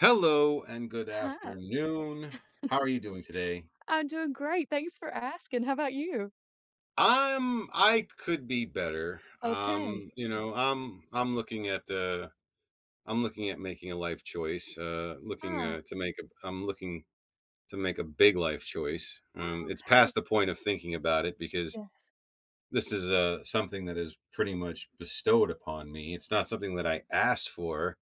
Hello and good Hi, afternoon. How are you doing today? I'm doing great. Thanks for asking. How about you? I could be better. Okay. I'm looking at I'm looking at making a life choice. Looking Ah, to make a I'm looking to make a big life choice. Um oh, it's okay. past the point of thinking about it because Yes. this is something that is pretty much bestowed upon me. It's not something that I asked for,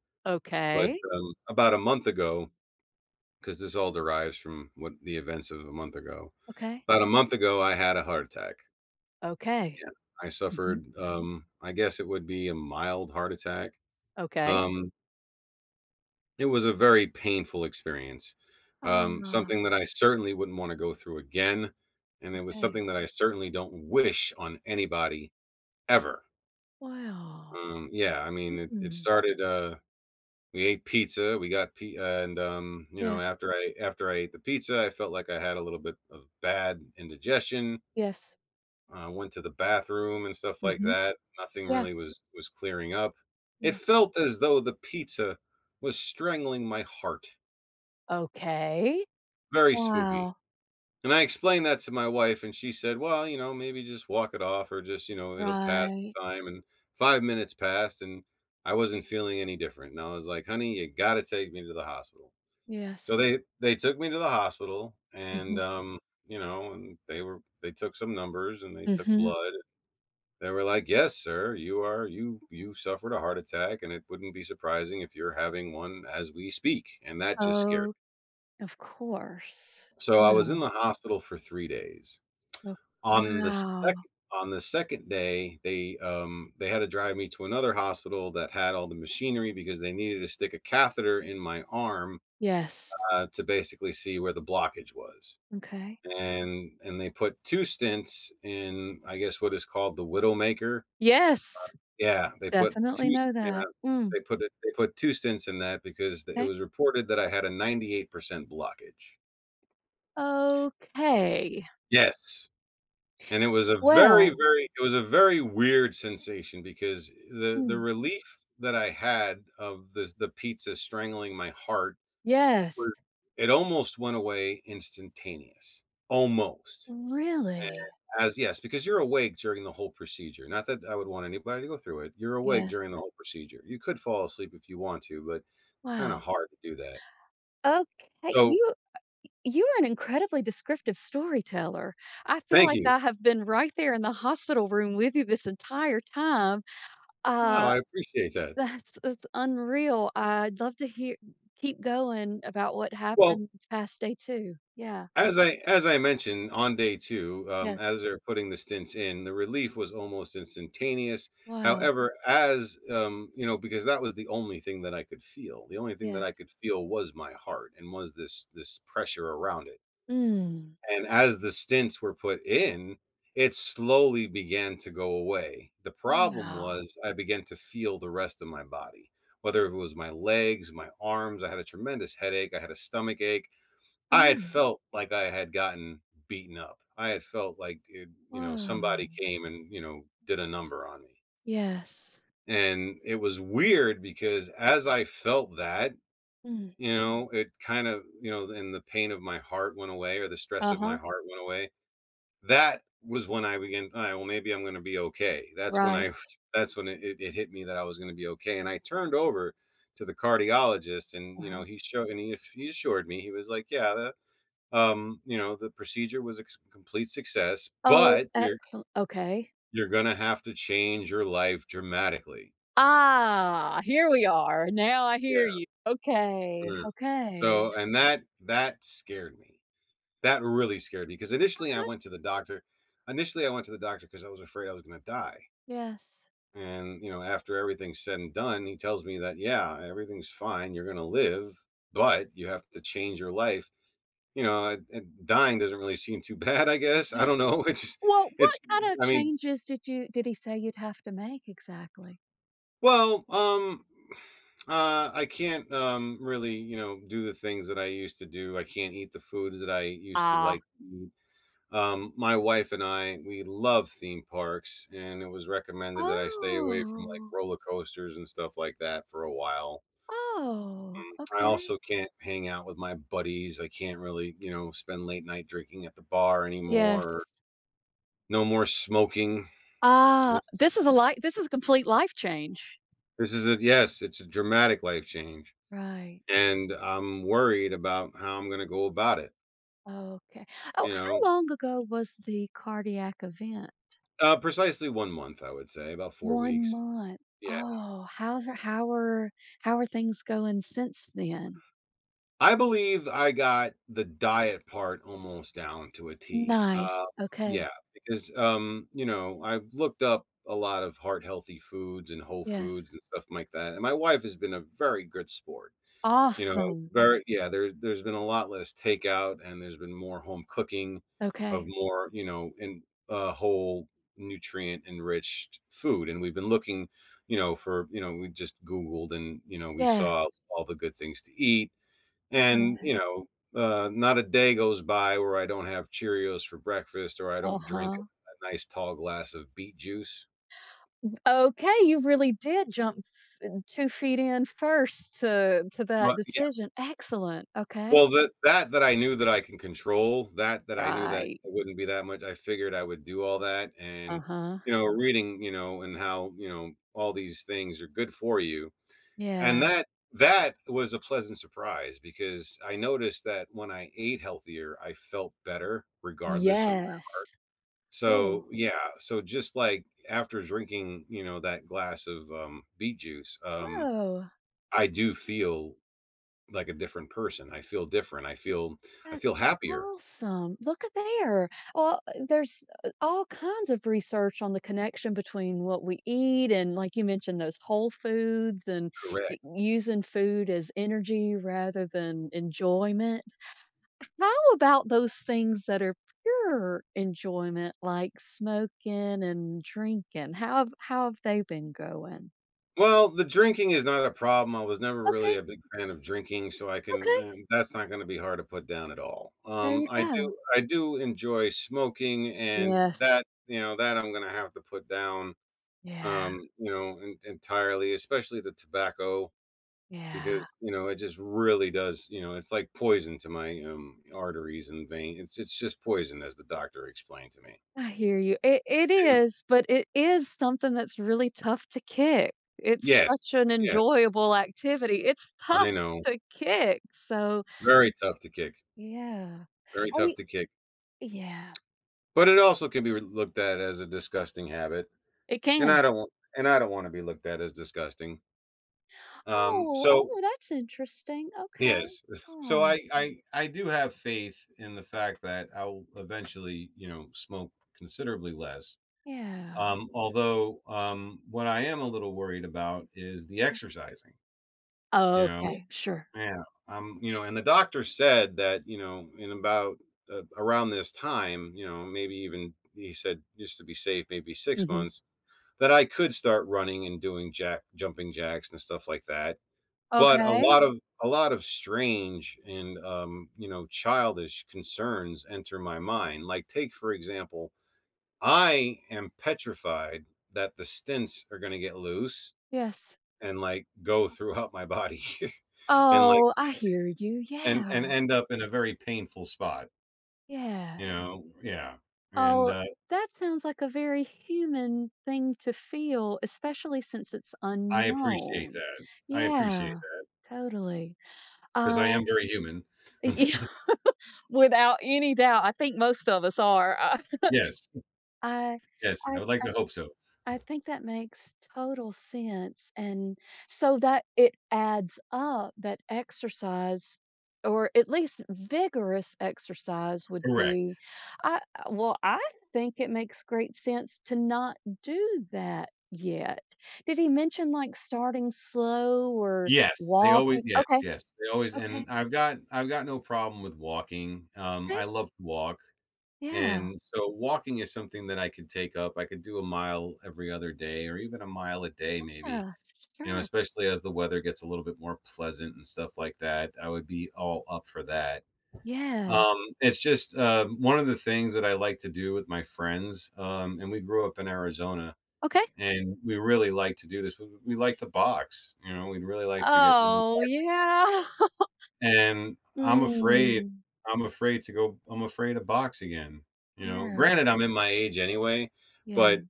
but Okay. About a month ago because this all derives from what the events of a month ago. Okay. About a month ago, I had a heart attack. Okay. Yeah, I Mhm. suffered, I guess it would be a mild heart attack. Okay. Um, it was a very painful experience, Ah, something that I certainly wouldn't wanna go through again, and it was okay. something that I certainly don't wish on anybody ever. Wow. Yeah, I mean, it Mm. started, we ate pizza, we got p. And, Yes. after I ate the pizza, I felt like I had a little bit of bad indigestion. Yes. Went to the bathroom and stuff like Hmm. that. Nothing Yeah. really was clearing up. It Yes. felt as though the pizza was strangling my heart. Okay. Very spooky. Wow. And I explained that to my wife, and she said, "Well, you know, maybe just walk it off, or just you know, it'll pass Right. in time." And 5 minutes passed, and I wasn't feeling any different. And I was like, "Honey, you got to take me to the hospital." So Yes. they took me to the hospital, Hmm. and and they took some numbers and they took Hmm. blood. They were like, "Yes, sir, you are you suffered a heart attack, and it wouldn't be surprising if you're having one as we speak," and that just scared me. Oh, of course. So I was in Wow. the hospital for 3 days. Oh, On the wow. second on the second day, they had to drive me to another hospital that had all the machinery because they needed to stick a catheter in my arm, Yes. To basically see where the blockage was. Okay. And they put 2 stents in, I guess, what is called the widowmaker. Yes. Yeah, they put Definitely 2 know yeah, that. Mm. they put it they put 2 stints in that because it Okay. was reported that I had a 98% blockage. Okay. Yes, and it was a very, Well. very it was a very weird sensation because the Mm. relief that I had of the pizza strangling my heart Yes. was it almost went away instantaneous, almost. And Really? as yes, because you're awake during the whole procedure. Not that I would want anybody to go through it. You're awake Yes. during the whole procedure. You could fall asleep if you want to, but it's kind of Wow. hard to do that. Okay, So, you are an incredibly descriptive storyteller. I feel thank like you. I have been right there in the hospital room with you this entire time. Wow, Uh, I appreciate that. that's unreal. I'd love to hear Keep going about what Well, happened past day 2. Yeah. as I mentioned on day two, Yes. as they're putting the stints in, the relief was almost instantaneous. Wow. However, as because that was the only thing that I could feel. The only thing that Yes. I could feel was my heart and was this pressure around it. Mm. And as the stints were put in, it slowly began to go away. The problem Wow. was I began to feel the rest of my body, whether it was my legs, my arms. I had a tremendous headache. I had a stomach ache. I had Oh. felt like I had gotten beaten up. I had felt like, it, you know, Whoa! somebody came and, you know, did a number on me. Yes. And it was weird because as I felt that, Mm. you know, it kind of, you know, and the pain of my heart went away or the stress of my Uh-huh. heart went away that was when I began, "All right, well, maybe I'm gonna be okay." That's when Right. I that's when it hit me that I was gonna be okay, and I turned over to the cardiologist and, you know, Uh-huh. he showed and he assured me, he was like, "Yeah, the, the procedure was a c complete success, Oh, but you're excellent. Okay. you're gonna have to change your life dramatically." Ah, here we are. Now I hear Yeah, you. Okay. mm. Okay. So, and that scared me. That really scared me because Oh, that's initially I went to the doctor because I was afraid I was gonna die. Yes. And, you know, after everything's said and done, he tells me that, yeah, everything's fine. You're going to live, but you have to change your life. You know, dying doesn't really seem too bad, I guess. I don't know. It's, just- Well, it's, what kind of I mean, changes did he say you'd have to make exactly? well, um, I can't really, you know, do the things that I used to do. I can't eat the foods that I used to Ah. like. My wife and I, we love theme parks, and it was recommended that I stay away from like Oh. roller coasters and stuff like that for a while. Oh, I okay. also can't hang out with my buddies. I can't really, you know, spend late night drinking at the bar Yes. anymore. No more smoking. Ah, It- this is a life. This is a complete life change. This is a yes, it's a dramatic life change. Right. And I'm worried about how I'm going to go about it. Okay. Oh, You how know, long ago was the cardiac event? Precisely one month, I would say, about four 1 weeks. month. Yeah. Oh, how are how are things going since then? I believe I got the diet part almost down to a T. Nice. Okay. yeah, because, I've looked up a lot of heart healthy foods and whole Yes. foods and stuff like that, and my wife has been a very good sport. You know, Awesome. very yeah, there there's been a lot less takeout and there's been more home cooking of Okay. more, you know, and whole nutrient enriched food. And we've been looking, you know, for, you know, we just Googled and, you know, we Yes. saw all the good things to eat and, Good. you know, not a day goes by where I don't have Cheerios for breakfast or I don't drink Uh-huh. a nice tall glass of beet juice. Okay, you really did jump f 2 feet in first to that Well, yeah, decision. Excellent. Okay. well, that I knew that I can control, that I knew that it Right. wouldn't be that much. I figured I would do all that, and Uh-huh. you know, reading, you know, and how you know all these things are good for you, and Yeah. that that was a pleasant surprise because I noticed that when I ate healthier, I felt better regardless of. Yes. Cool. So, yeah, so just like after drinking, you know, that glass of, beet juice, Whoa. I do feel like a different person. I feel different. I That's feel happier. awesome. Look at there. Well, there's all kinds of research on the connection between what we eat and, like you mentioned, those whole foods and Correct. using food as energy rather than enjoyment. How about those things that are pure enjoyment, like smoking and drinking? How have they been going? Well, the drinking is not a problem. I was never really Okay, a big fan of drinking, so I can okay. That's not gonna be hard to put down at all. There you I go. do I do enjoy smoking and Yes. that, you know, that I'm gonna have to put down, Yeah. En entirely, especially the tobacco. Yeah. Because, you know, it just really does, you know, it's like poison to my, arteries and vein it's just poison as the doctor explained to me. I hear you. It And is, but it is something that's really tough to kick. It's yes, such an yes, enjoyable activity. It's I tough know. to kick, so Very tough to kick, yeah. very Are tough you to kick, Yeah, but it also can be re looked at as a disgusting habit, it and can. I don't wanna be looked at as disgusting. Oh, So oh, that's interesting. Okay. yes. So Oh, I do have faith in the fact that I'll eventually, you know, smoke considerably less. yeah. What I am a little worried about is the exercising, you Oh, know? okay, sure. Yeah, you know, and the doctor said that, you know, in about, around this time, you know, maybe even he said just to be safe, maybe 6 Mhm. months, that I could start running and doing jack jumping jacks and stuff like that. But Okay. A lot of strange and, you know, childish concerns enter my mind. Like, take, for example, I am petrified that the stints are gonna get loose Yes. and, like, go throughout my body and, like Oh, I hear you. Yeah. and end up in a very painful spot, you Yes. know? Yeah, and, Oh, that sounds like a very human thing to feel, especially since it's I appreciate unknown. that. I appreciate Yeah, that totally. because I Uh, am very human. yeah, without any doubt, I think most of us are. Yes, I, yes, I I would like to hope so. Think that makes total sense, and so that it adds up that exercise or at least vigorous exercise would be Correct. I well, I think it makes great sense to not do that yet. Did he mention, like, starting slow or Yes, they always walking? Okay, they always okay, and I've got no problem with walking, okay, I love to walk. yeah, And so walking is something that I could take up. I could do a mile every other day or even a mile a day, maybe, yeah, you know, sure, especially as the weather gets a little bit more pleasant and stuff like that. I would be all up for that. yes, It's just one of the things that I like to do with my friends. And we grew up in Arizona okay. and we really like to do this. We like to box, you know, we'd really like to get, you know, Oh, yeah. and I'm afraid Mm, I'm afraid to box again, you know? yeah, Granted, I'm in my age anyway, yeah. but,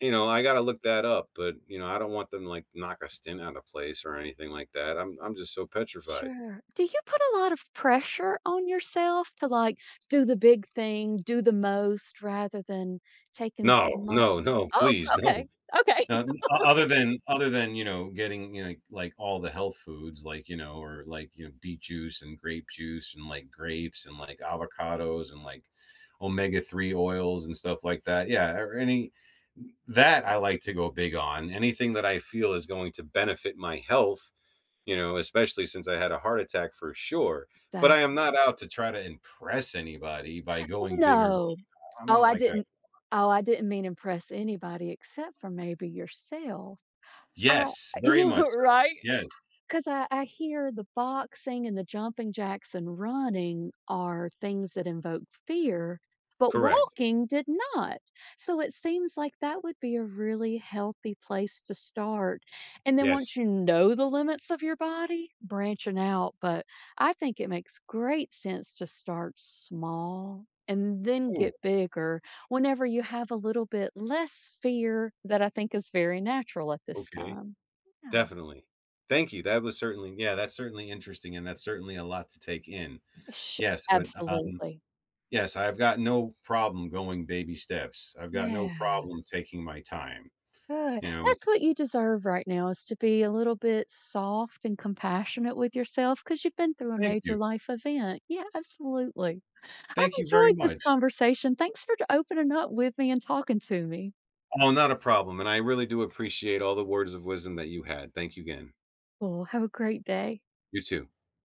you know, I gotta look that up, but, you know, I don't want them to, like, knock a stint out of place or anything like that. I'm just so petrified. Sure. Do you put a lot of pressure on yourself to like do the big thing, do the most rather than taking No, small. no, no, Oh, please, okay. no. Okay. Now, o other than you know, getting, you know, like all the health foods, like, you know, or like, you know, beet juice and grape juice and, like, grapes and, like, avocados and, like, omega-3 oils and stuff like that. Yeah, or any that I like to go big on. Anything that I feel is going to benefit my health, you know, especially since I had a heart attack for sure. But That I am not out to try to impress anybody by going big or going No. I'm Oh, not I like that. didn't oh, I didn't mean impress anybody except for maybe yourself. I Yes, very you much so. right? Yes, 'Cause I hear the boxing and the jumping jacks and running are things that invoke fear, but correct. walking did not. So it seems like that would be a really healthy place to start. And then once Yes. you know the limits of your body, branching out. But I think it makes great sense to start small and then Oh, get bigger whenever you have a little bit less fear that I think is very natural at this okay, time. Yeah. definitely. Thank you, that was certainly yeah, that's certainly interesting, and that's certainly a lot to take in. Sh Yes, but, Absolutely. yes, I've got no problem going baby steps. I've got no Yeah, problem taking my time, good. you know? That's what you deserve right now is to be a little bit soft and compassionate with yourself because 'cause you've been through a Thank major you. life event. Yeah, absolutely. I've Thank you very enjoyed this much. conversation. Thanks for opening up with me and talking to me. Oh, not a problem, and I really do appreciate all the words of wisdom that you had. Thank you again. Well, have a great day. You too.